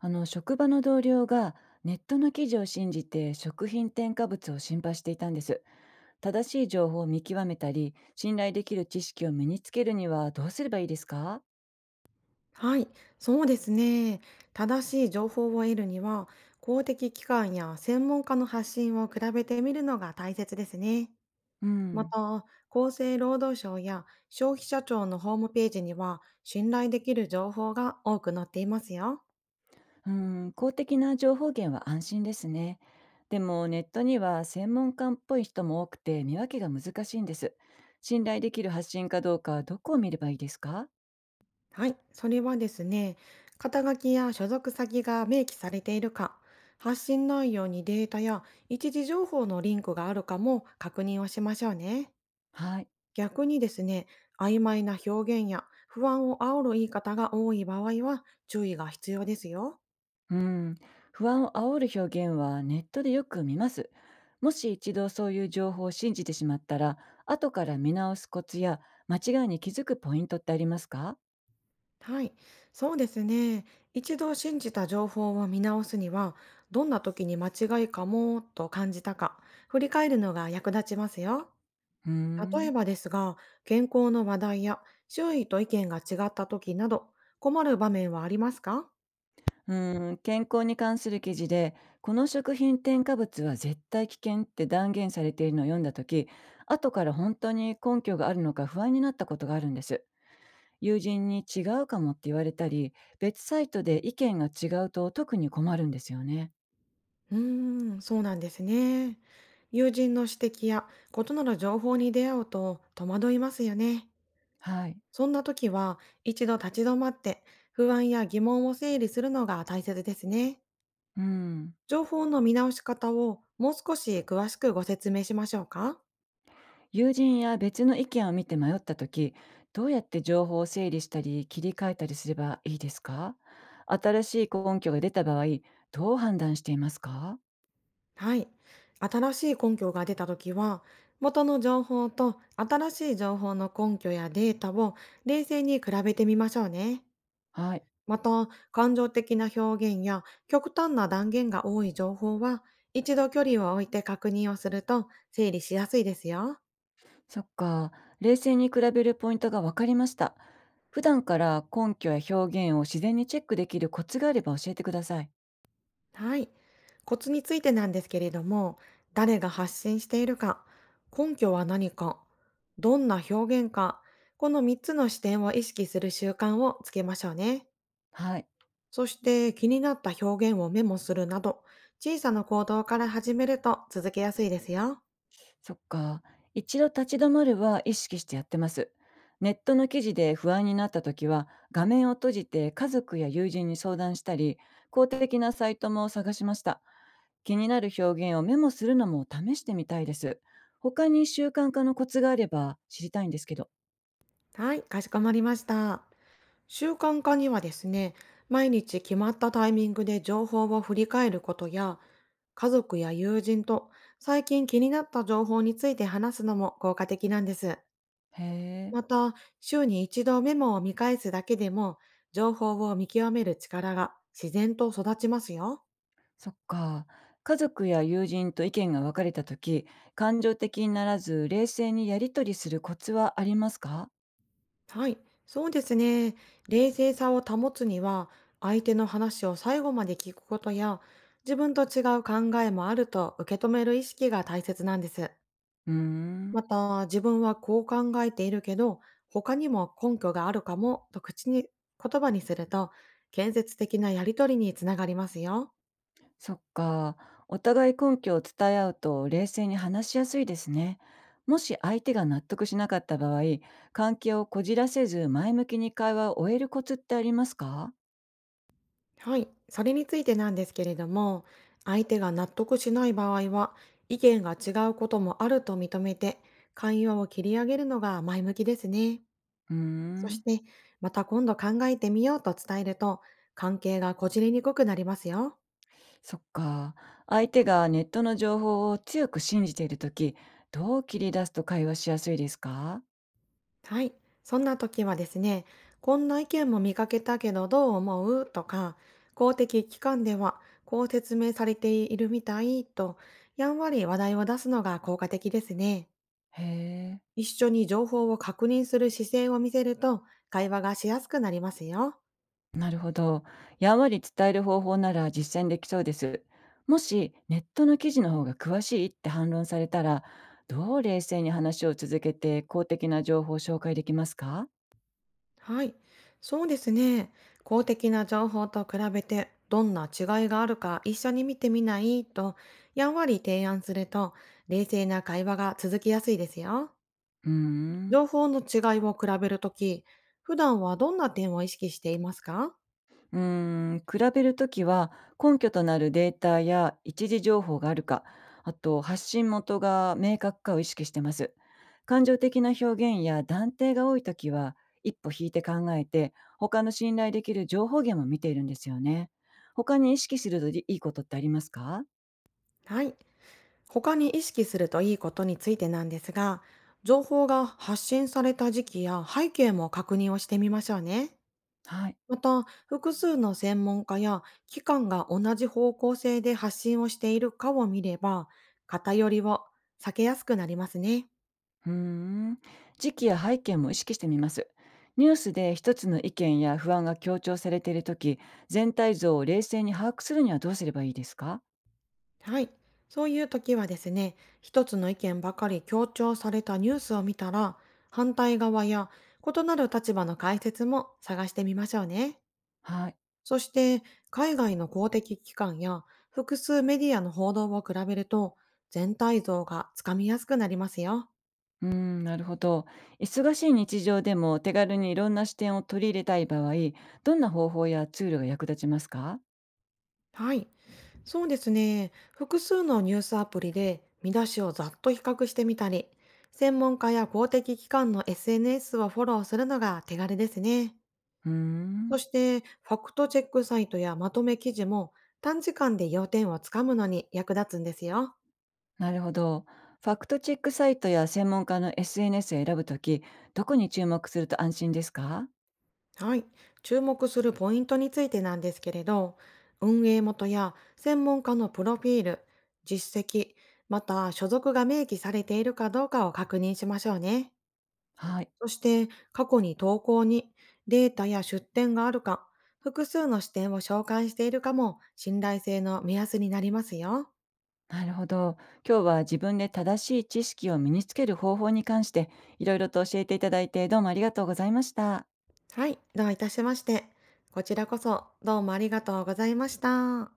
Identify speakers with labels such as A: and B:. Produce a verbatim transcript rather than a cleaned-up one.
A: あの職場の同僚がネットの記事を信じて食品添加物を心配していたんです。正しい情報を見極めたり信頼できる知識を身につけるにはどうすればいいですか？
B: はい、そうですね。正しい情報を得るには、公的機関や専門家の発信を比べてみるのが大切ですね。
A: う
B: ま
A: ん。
B: た、厚生労働省や消費者庁のホームページには、信頼できる情報が多く載っていますよ。
A: うん、公的な情報源は安心ですね。でもネットには専門家っぽい人も多くて見分けが難しいんです。信頼できる発信かどうかどこを見ればいいですか？
B: はい、それはですね、肩書きや所属先が明記されているか、発信内容にデータや一時情報のリンクがあるかも確認をしましょうね。
A: はい。
B: 逆にですね、曖昧な表現や不安を煽る言い方が多い場合は注意が必要ですよ。
A: うん、不安を煽る表現はネットでよく見ます。もし一度そういう情報を信じてしまったら、後から見直すコツや間違いに気づくポイントってありますか？
B: はい、そうですね。一度信じた情報を見直すには、どんな時に間違いかもと感じたか、振り返るのが役立ちますよ。
A: うー
B: 例え
A: ん。
B: ばですが、健康の話題や周囲と意見が違った時など、困る場面はありますか？
A: うーん、健康に関する記事で、この食品添加物は絶対危険って断言されているのを読んだとき、後から本当に根拠があるのか不安になったことがあるんです。友人に違うかもって言われたり、別サイトで意見が違うと特に困るんですよね。
B: うーん、そうなんですね。友人の指摘や異なる情報に出会うと戸惑いますよね。
A: はい。
B: そんな時は一度立ち止まって不安や疑問を整理するのが大切ですね。
A: うん、
B: 情報の見直し方をもう少し詳しくご説明しましょうか。
A: 友人や別の意見を見て迷った時、どうやって情報を整理したり切り替えたりすればいいですか？新しい根拠が出た場合、どう判断していますか？
B: はい。新しい根拠が出た時は、元の情報と新しい情報の根拠やデータを冷静に比べてみましょうね。
A: はい。
B: また、感情的な表現や極端な断言が多い情報は、一度距離を置いて確認をすると整理しやすいですよ。
A: そっか。冷静に比べるポイントが分かりました。普段から根拠や表現を自然にチェックできるコツがあれば教えてください。
B: はい。コツについてなんですけれども、誰が発信しているか、根拠は何か、どんな表現か、このみっつの視点を意識する習慣をつけましょうね。
A: はい。
B: そして気になった表現をメモするなど、小さな行動から始めると続けやすいですよ。
A: そっか。一度立ち止まるは意識してやってます。ネットの記事で不安になった時は、画面を閉じて家族や友人に相談したり、公的なサイトも探しました。気になる表現をメモするのも試してみたいです。他に習慣化のコツがあれば知りたいんですけど。
B: はい、かしこまりました。習慣化にはですね、毎日決まったタイミングで情報を振り返ることや、家族や友人と最近気になった情報について話すのも効果的なんです。
A: へえ。
B: また、週に一度メモを見返すだけでも、情報を見極める力が自然と育ちますよ。
A: そっか。家族や友人と意見が分かれた時、感情的にならず冷静にやり取りするコツはありますか？
B: はい、そうですね。冷静さを保つには、相手の話を最後まで聞くことや、自分と違う考えもあると受け止める意識が大切なんです。
A: うーん。
B: また、自分はこう考えているけど、他にも根拠があるかもと口に、言葉にすると、建設的なやりとりにつながりますよ。
A: そっか。お互い根拠を伝え合うと冷静に話しやすいですね。もし相手が納得しなかった場合、関係をこじらせず前向きに会話を終えるコツってありますか？
B: はい。それについてなんですけれども、相手が納得しない場合は、意見が違うこともあると認めて、会話を切り上げるのが前向きですね。
A: うー
B: そし
A: ん、
B: て、また今度考えてみようと伝えると、関係がこじれにくくなりますよ。
A: そっか。相手がネットの情報を強く信じているとき、どう切り出すと会話しやすいですか？
B: はい。そんな時はですね、こんな意見も見かけたけどどう思うとか、公的機関ではこう説明されているみたいと、やんわり話題を出すのが効果的ですね。
A: へえ。
B: 一緒に情報を確認する姿勢を見せると、会話がしやすくなりますよ。
A: なるほど。やんわり伝える方法なら実践できそうです。もしネットの記事の方が詳しいって反論されたら、どう冷静に話を続けて公的な情報を紹介できますか？
B: はい。そうですね。公的な情報と比べてどんな違いがあるか一緒に見てみないと、やんわり提案すると、冷静な会話が続きやすいですよ。
A: うーん。
B: 情報の違いを比べるとき、普段はどんな点を意識していますか？
A: うーん、比べるときは根拠となるデータや一時情報があるか、あと発信元が明確かを意識してます。感情的な表現や断定が多いときは、一歩引いて考えて、他の信頼できる情報源も見ているんですよね。他に意識するといいことってありますか？
B: はい。他に意識するといいことについてなんですが、情報が発信された時期や背景も確認をしてみましょうね。
A: はい。
B: また、複数の専門家や機関が同じ方向性で発信をしているかを見れば、偏りを避けやすくなりますね。
A: うーん。時期や背景も意識してみます。ニュースで一つの意見や不安が強調されているとき、全体像を冷静に把握するにはどうすればいいですか？
B: はい。そういう時はですね、一つの意見ばかり強調されたニュースを見たら、反対側や異なる立場の解説も探してみましょうね。
A: はい。
B: そして、海外の公的機関や複数メディアの報道を比べると、全体像がつかみやすくなりますよ。
A: うーん、なるほど。忙しい日常でも手軽にいろんな視点を取り入れたい場合、どんな方法やツールが役立ちますか？
B: はい。そうですね。複数のニュースアプリで見出しをざっと比較してみたり、専門家や公的機関の エスエヌエス をフォローするのが手軽ですね。
A: うー
B: そ
A: ん、
B: して、ファクトチェックサイトやまとめ記事も短時間で要点をつかむのに役立つんですよ。
A: なるほど。ファクトチェックサイトや専門家の エスエヌエス を選ぶとき、どこに注目すると安心ですか？
B: はい。注目するポイントについてなんですけれど、運営元や専門家のプロフィール、実績、また所属が明記されているかどうかを確認しましょうね。
A: はい。
B: そして、過去に投稿にデータや出典があるか、複数の視点を紹介しているかも信頼性の目安になりますよ。
A: なるほど。今日は自分で正しい知識を身につける方法に関して、いろいろと教えていただいて、どうもありがとうございました。
B: はい、どういたしまして。こちらこそ、どうもありがとうございました。